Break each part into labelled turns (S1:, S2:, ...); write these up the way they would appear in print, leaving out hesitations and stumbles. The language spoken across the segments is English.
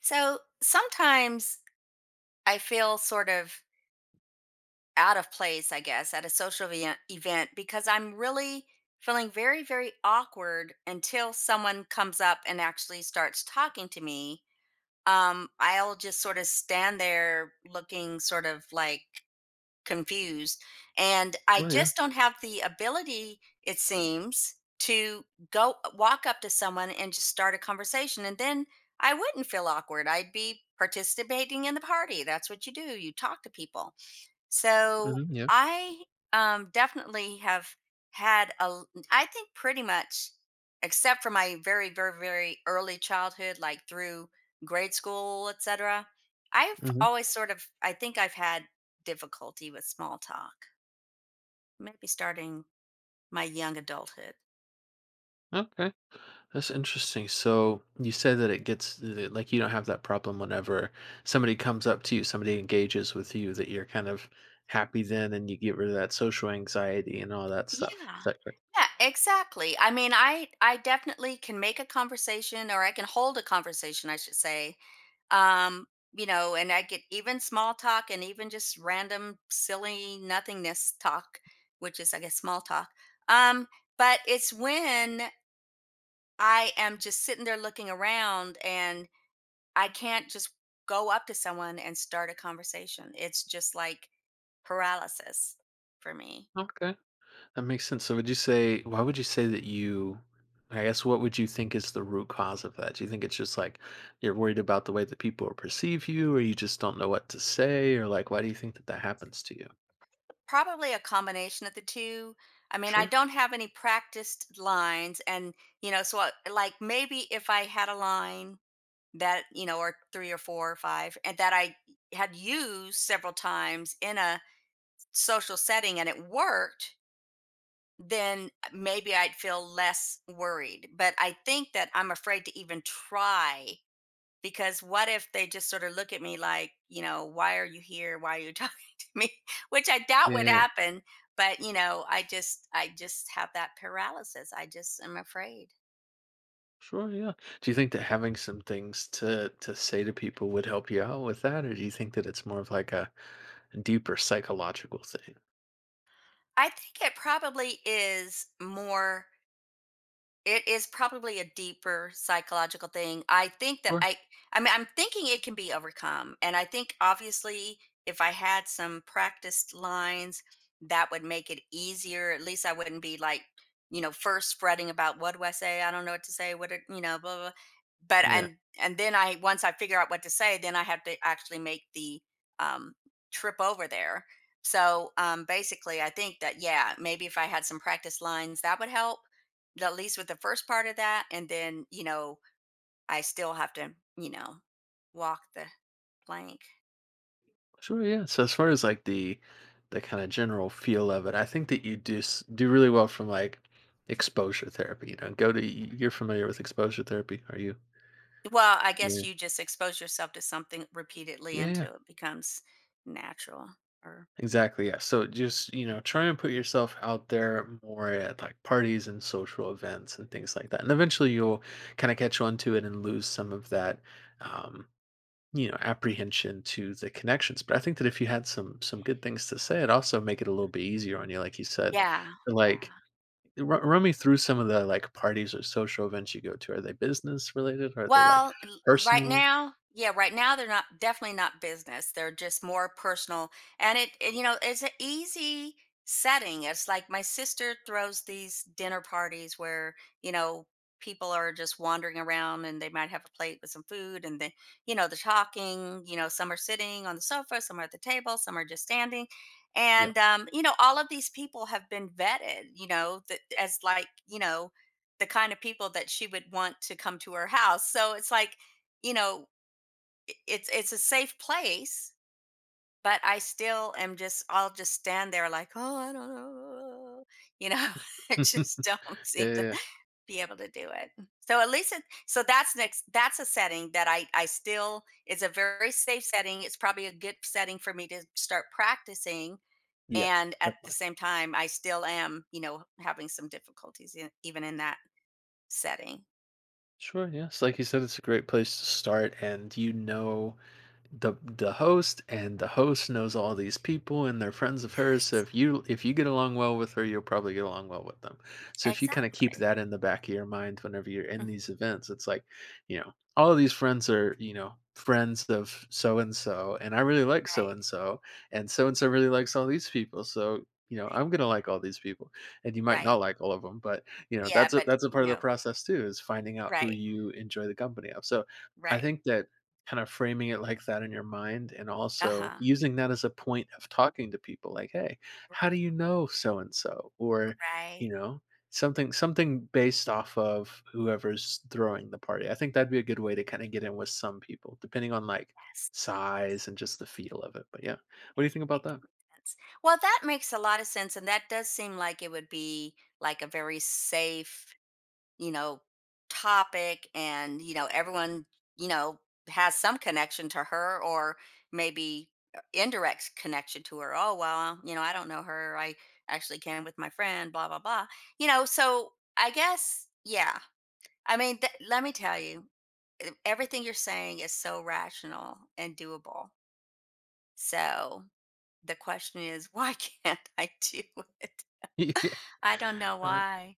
S1: So sometimes I feel sort of out of place, I guess, at a social event because I'm really feeling very, very awkward until someone comes up and actually starts talking to me. I'll just sort of stand there looking sort of like confused. And I
S2: Oh yeah.
S1: just don't have the ability, it seems, to go walk up to someone and just start a conversation. And then I wouldn't feel awkward. I'd be participating in the party. That's what you do. You talk to people. So
S2: Yeah.
S1: I definitely have had I think pretty much, except for my very, very, very early childhood, like through grade school, etc. I've
S2: Hmm.
S1: always sort of, I think I've had difficulty with small talk, maybe starting my young adulthood.
S2: Okay. That's interesting. So you said that it gets that, like you don't have that problem whenever somebody comes up to you, somebody engages with you, that you're kind of happy then, and you get rid of that social anxiety and all that
S1: Yeah.
S2: stuff. Is that correct?
S1: Yeah, exactly. I mean, I definitely can make a conversation, or I can hold a conversation, I should say, um you know, and I get even small talk and even just random silly nothingness talk, which is I guess small talk, um but it's when I am just sitting there looking around and I can't just go up to someone and start a conversation. It's just like paralysis for me.
S2: Okay, that makes sense. So would you say why would you say that you? I guess what would you think is the root cause of that? Do you think it's just like you're worried about the way that people perceive you, or you just don't know what to say, or like why do you think that that happens to you?
S1: Probably a combination of the two. I mean, I
S2: Sure.
S1: don't have any practiced lines, and you know, so I, like maybe if I had a line that, you know, or three or four or five, and that I had used several times in a social setting and it worked, then maybe I'd feel less worried. But I think that I'm afraid to even try, because what if they just sort of look at me like, you know, why are you here, why are you talking to me? Which I doubt would
S2: Yeah, yeah.
S1: happen. But you know, I just have that paralysis. I just am afraid.
S2: Sure, yeah. Do you think that having some things to say to people would help you out with that, or do you think that it's more of like a deeper psychological thing?
S1: I think it probably is more. It is probably a deeper psychological thing. I think that
S2: Sure.
S1: I mean, I'm thinking it can be overcome, and I think obviously if I had some practiced lines, that would make it easier. At least I wouldn't be like, you know, first fretting about what do I say? I don't know what to say. What, it, you know, blah, blah. But
S2: Yeah.
S1: and then I, once I figure out what to say, then I have to actually make the um, trip over there. So basically, I think that yeah, maybe if I had some practice lines, that would help at least with the first part of that, and then, you know, I still have to, you know, walk the plank.
S2: Sure, yeah. So as far as like the kind of general feel of it, I think that you do really well from like exposure therapy. You know, you're familiar with exposure therapy, are you?
S1: Well, I guess
S2: Yeah.
S1: you just expose yourself to something repeatedly
S2: Yeah, yeah.
S1: until it becomes natural, or
S2: Exactly. Yeah. So just, you know, try and put yourself out there more at like parties and social events and things like that. And eventually you'll kind of catch on to it and lose some of that um, you know, apprehension to the connections. But I think that if you had some good things to say, it also make it a little bit easier on you, like you said.
S1: yeah,
S2: So,
S1: yeah.
S2: like run me through some of the like parties or social events you go to. Are they business related? Or are they like
S1: Well, l right
S2: personal?
S1: now, yeah, right now they're not definitely not business. They're just more personal, you know, it's an easy setting. It's like my sister throws these dinner parties where, you know, people are just wandering around and they might have a plate with some food, and they, you know, they're talking, you know, some are sitting on the sofa, some are at the table, some are just standing.
S2: Yeah.
S1: And you know, all of these people have been vetted, you know, that as like, you know, the kind of people that she would want to come to her house. So it's like, you know, it's a safe place, but I still am just I'll just stand there like, oh, I don't know, you know, I
S2: yeah.
S1: just don't seem to be able to do it. So at least it, so that's a setting that I still, it's a very safe setting. It's probably a good setting for me to start practicing,
S2: Yeah.
S1: and
S2: yeah.
S1: at the same time I still am, you know, having some difficulties in, even in that setting.
S2: Sure, yes. Like you said, it's a great place to start, and you know, the host and the host knows all these people and they're friends of hers, so
S1: Yes,
S2: if you get along well with her you'll probably get along well with them. So if you kind of keep
S1: exactly.
S2: that in the back of your mind whenever you're in
S1: Mm,
S2: these events, it's like you know all of these friends are, you know, friends of so and so, and I really like so
S1: right,
S2: and so, and so and so really likes all these people. So you know I'm
S1: right,
S2: gonna like all these people, and you might not
S1: right.
S2: like all of them, but you know
S1: Yeah, but
S2: that's a part of the
S1: no,
S2: process too, is finding out who
S1: right,
S2: you enjoy the company of. So I
S1: right.
S2: think that kind of framing it like that in your mind, and also
S1: Uh-huh.
S2: using that as a point of talking to people like, "Hey, how do
S1: Right,
S2: you know so and so?" Or, you
S1: right.
S2: know, something based off of whoever's throwing the party. I think that'd be a good way to kinda get in with some people, depending on, like,
S1: Yes,
S2: size and just the feel of it, but yeah. What do you
S1: right,
S2: think about
S1: right.
S2: that?
S1: That makes sense. Well, that makes a lot of sense, and that does seem like it would be like a very safe, you know, topic and, you know, everyone, you know, has some connection to her or maybe indirect connection to her. Oh, well, you know, I don't know her. I actually came with my friend, blah, blah, blah. You know, so I guess, yeah. I mean, let me tell you, everything you're saying is so rational and doable. So the question is, why can't I do it?
S2: Yeah.
S1: I don't know
S2: Uh,
S1: why.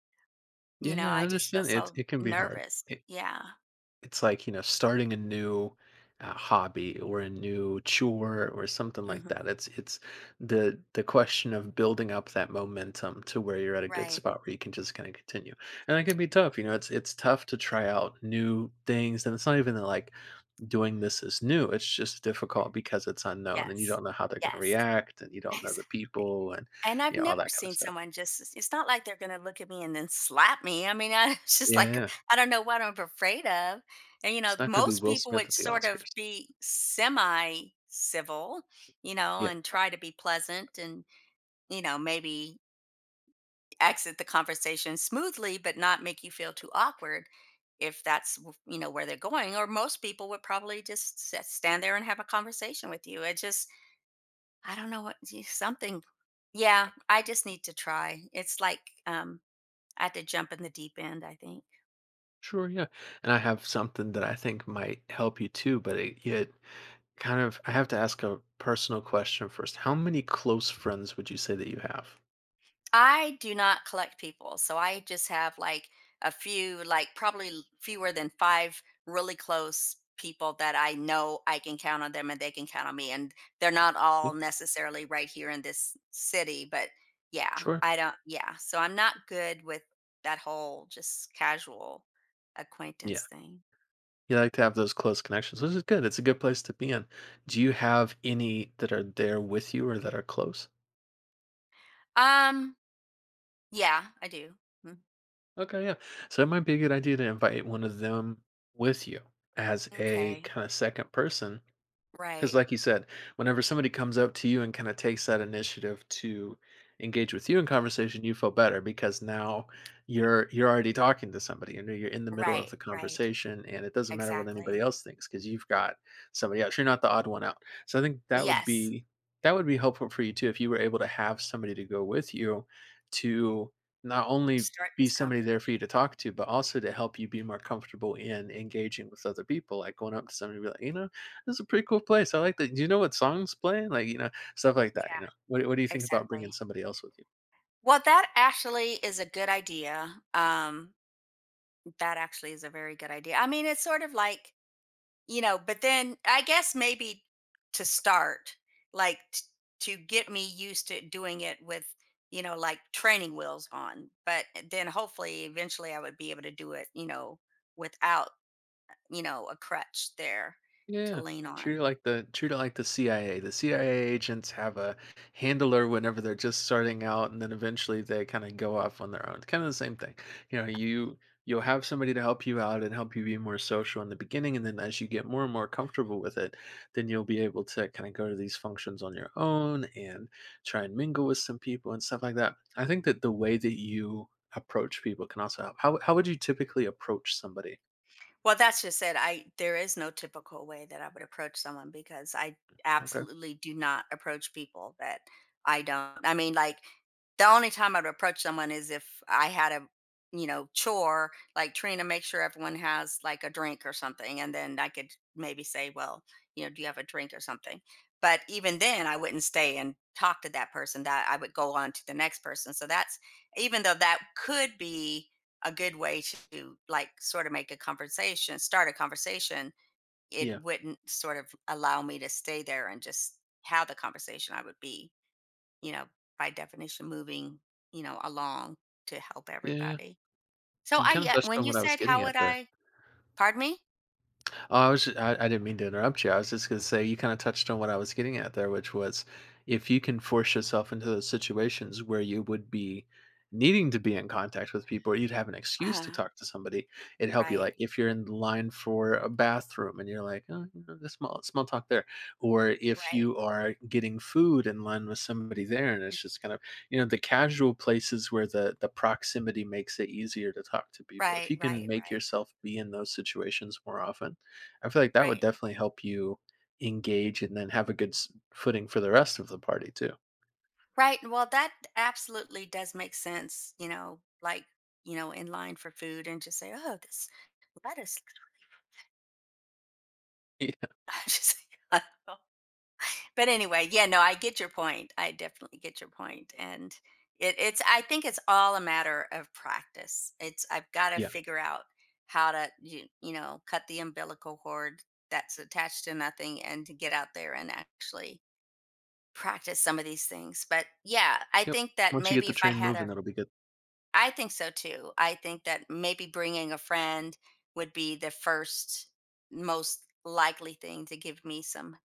S1: You
S2: yeah,
S1: know,
S2: I
S1: I just feel
S2: understand. it.
S1: so
S2: it can be hard.
S1: nervous. Yeah.
S2: It's like, you know, starting a new, hobby or a new chore or something like that.
S1: Hmm.
S2: It's the question of building up that momentum to where you're at a good
S1: Right.
S2: spot where you can just kinda continue, and that can be tough, you know, it's tough to try out new things, and it's not even that, like, doing this is new, it's just difficult because it's unknown, and you
S1: Yes.
S2: don't know how they're gonna
S1: Yes.
S2: react, and you don't know the
S1: Exactly.
S2: people, and,
S1: And I've
S2: you know, all
S1: never
S2: that kinda
S1: seen
S2: stuff.
S1: someone just it's not like they're gonna look at me and then slap me. I mean, I it's just
S2: Yeah, yeah.
S1: like,
S2: yeah.
S1: I don't know what I'm afraid of. And, you know,
S2: It's not gonna be
S1: most
S2: Will
S1: people
S2: Smith
S1: would
S2: at the
S1: sort of
S2: Oscars.
S1: be semi-civil, you know,
S2: Yeah.
S1: and try to be pleasant and, you know, maybe exit the conversation smoothly, but not make you feel too awkward if that's, you know, where they're going. Or most people would probably just stand there and have a conversation with you. It just, I don't know what see, something. Yeah, I just need to try. It's like um, I had to jump in the deep end, I think.
S2: Sure, yeah. And I have something that I think might help you too, but it kind of, I have to ask a personal question first. How many close friends would you say that you have?
S1: I do not collect people, so I just have like a few, like probably fewer than five really close people that I know I can count on them, and they can count on me. And they're not
S2: Yeah.
S1: all necessarily right here in this city, but yeah,
S2: Sure.
S1: I don't. Yeah, so I'm not good with that whole just casual
S2: Yeah.
S1: acquaintance thing.
S2: You like to have those close connections, which is good. It's a good place to be in. Do you have any that are there with you or that are close?
S1: Um, Yeah, I do. Mm.
S2: Okay, yeah. So it might be a good idea to invite one of them with you as a
S1: Okay.
S2: kind of second person. Because,
S1: Right.
S2: like you said, whenever somebody comes up to you and kind of takes that initiative to engage with you in conversation, you feel better because now
S1: Right.
S2: you're already talking to somebody. You know, you're in the middle of the
S1: Right, right.
S2: conversation, and it doesn't matter what anybody
S1: Exactly.
S2: else thinks because you've got somebody else. You're not the odd one out. So I think
S1: Yes.
S2: that would be helpful for you too if you were able to have somebody to go with you to not only
S1: Start
S2: be
S1: this
S2: somebody
S1: conversation.
S2: there for you to talk to, but also to help you be more comfortable in engaging with other people. Like going up to somebody and be like, you know, this is a pretty cool place. I like that. Do you know what songs play? Like, you know, stuff like that, you
S1: Yeah,
S2: know. What do you think about bringing
S1: exactly.
S2: somebody else with you?
S1: Well, that actually is a good idea. That actually is a very good idea. I mean, it's sort of like, you know, but then I guess maybe to start, like t to get me used to doing it with, you know, like training wheels on, but then hopefully eventually I would be able to do it, you know, without, you know, a crutch there to
S2: Yeah.
S1: lean
S2: True
S1: on.
S2: to like the true to like the CIA. The CIA agents have a handler whenever they're just starting out, and then eventually they kind of go off on their own. Kind of the same thing. You know, you'll have somebody to help you out and help you be more social in the beginning, and then as you get more and more comfortable with it, then you'll be able to kind of go to these functions on your own and try and mingle with some people and stuff like that. I think that the way that you approach people can also help. How would you typically approach somebody?
S1: Well, that's just it. I there is no typical way that I would approach someone, because I
S2: Okay.
S1: absolutely do not approach people that I don't. I mean, like the only time I'd approach someone is if I had a, you know, chore like trying to make sure everyone has like a drink or something, and then I could maybe say, well, you know, do you have a drink or something. But even then I wouldn't stay and talk to that person, that I would go on to the next person. So that's, even though that could be a good way to like sort of make a conversation, start a conversation, it
S2: Yeah.
S1: wouldn't sort of allow me to stay there and just have the conversation. I would be, you know, by definition moving, you know, along to help
S2: Yeah.
S1: everybody. So
S2: You
S1: I
S2: kinda
S1: yeah,
S2: touched
S1: when
S2: on
S1: you
S2: what I was
S1: said
S2: getting
S1: how
S2: at
S1: would
S2: there.
S1: I, pardon me?
S2: Oh, I didn't mean to interrupt you. I was just going to say you kind of touched on what I was getting at there, which was if you can force yourself into those situations where you would be needing to be in contact with people, or you'd have an excuse to
S1: Uh,
S2: talk to somebody. It'd help you.
S1: right,
S2: Like if you're in line for a bathroom and you're like, oh, you know, this small talk there, or if
S1: right,
S2: you are getting food in line with somebody there, and it's just kind of, you know, the casual places where the proximity makes it easier to talk to people. If
S1: right,
S2: you can
S1: right,
S2: make
S1: right,
S2: yourself be in those situations more often, I feel like that would
S1: right,
S2: definitely help you engage and then have a good footing for the rest of the party too.
S1: right. Well, that absolutely does make sense, you know, like, you know, in line for food and just say, oh, this lettuce.
S2: Yeah.
S1: Just, but anyway, yeah, no, I get your point. I definitely get your point. And it, it's, I think it's all a matter of practice. It's, I've got to
S2: Yeah.
S1: figure out how to, you know, cut the umbilical cord that's attached to nothing and to get out there and actually practice some of these things. But yeah, I
S2: Yep.
S1: think that
S2: Once you get
S1: maybe
S2: the
S1: if I
S2: train
S1: had
S2: moving,
S1: a,
S2: it'll be good.
S1: I think so too. I think that maybe bringing a friend would be the first most likely thing to give me some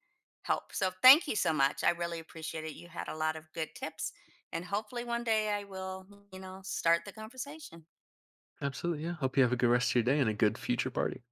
S1: help. So thank you so much. I really appreciate it. You had a lot of good tips, and hopefully one day I will, you know, start the conversation.
S2: Absolutely. Yeah. Hope you have a good rest of your day and a good future party.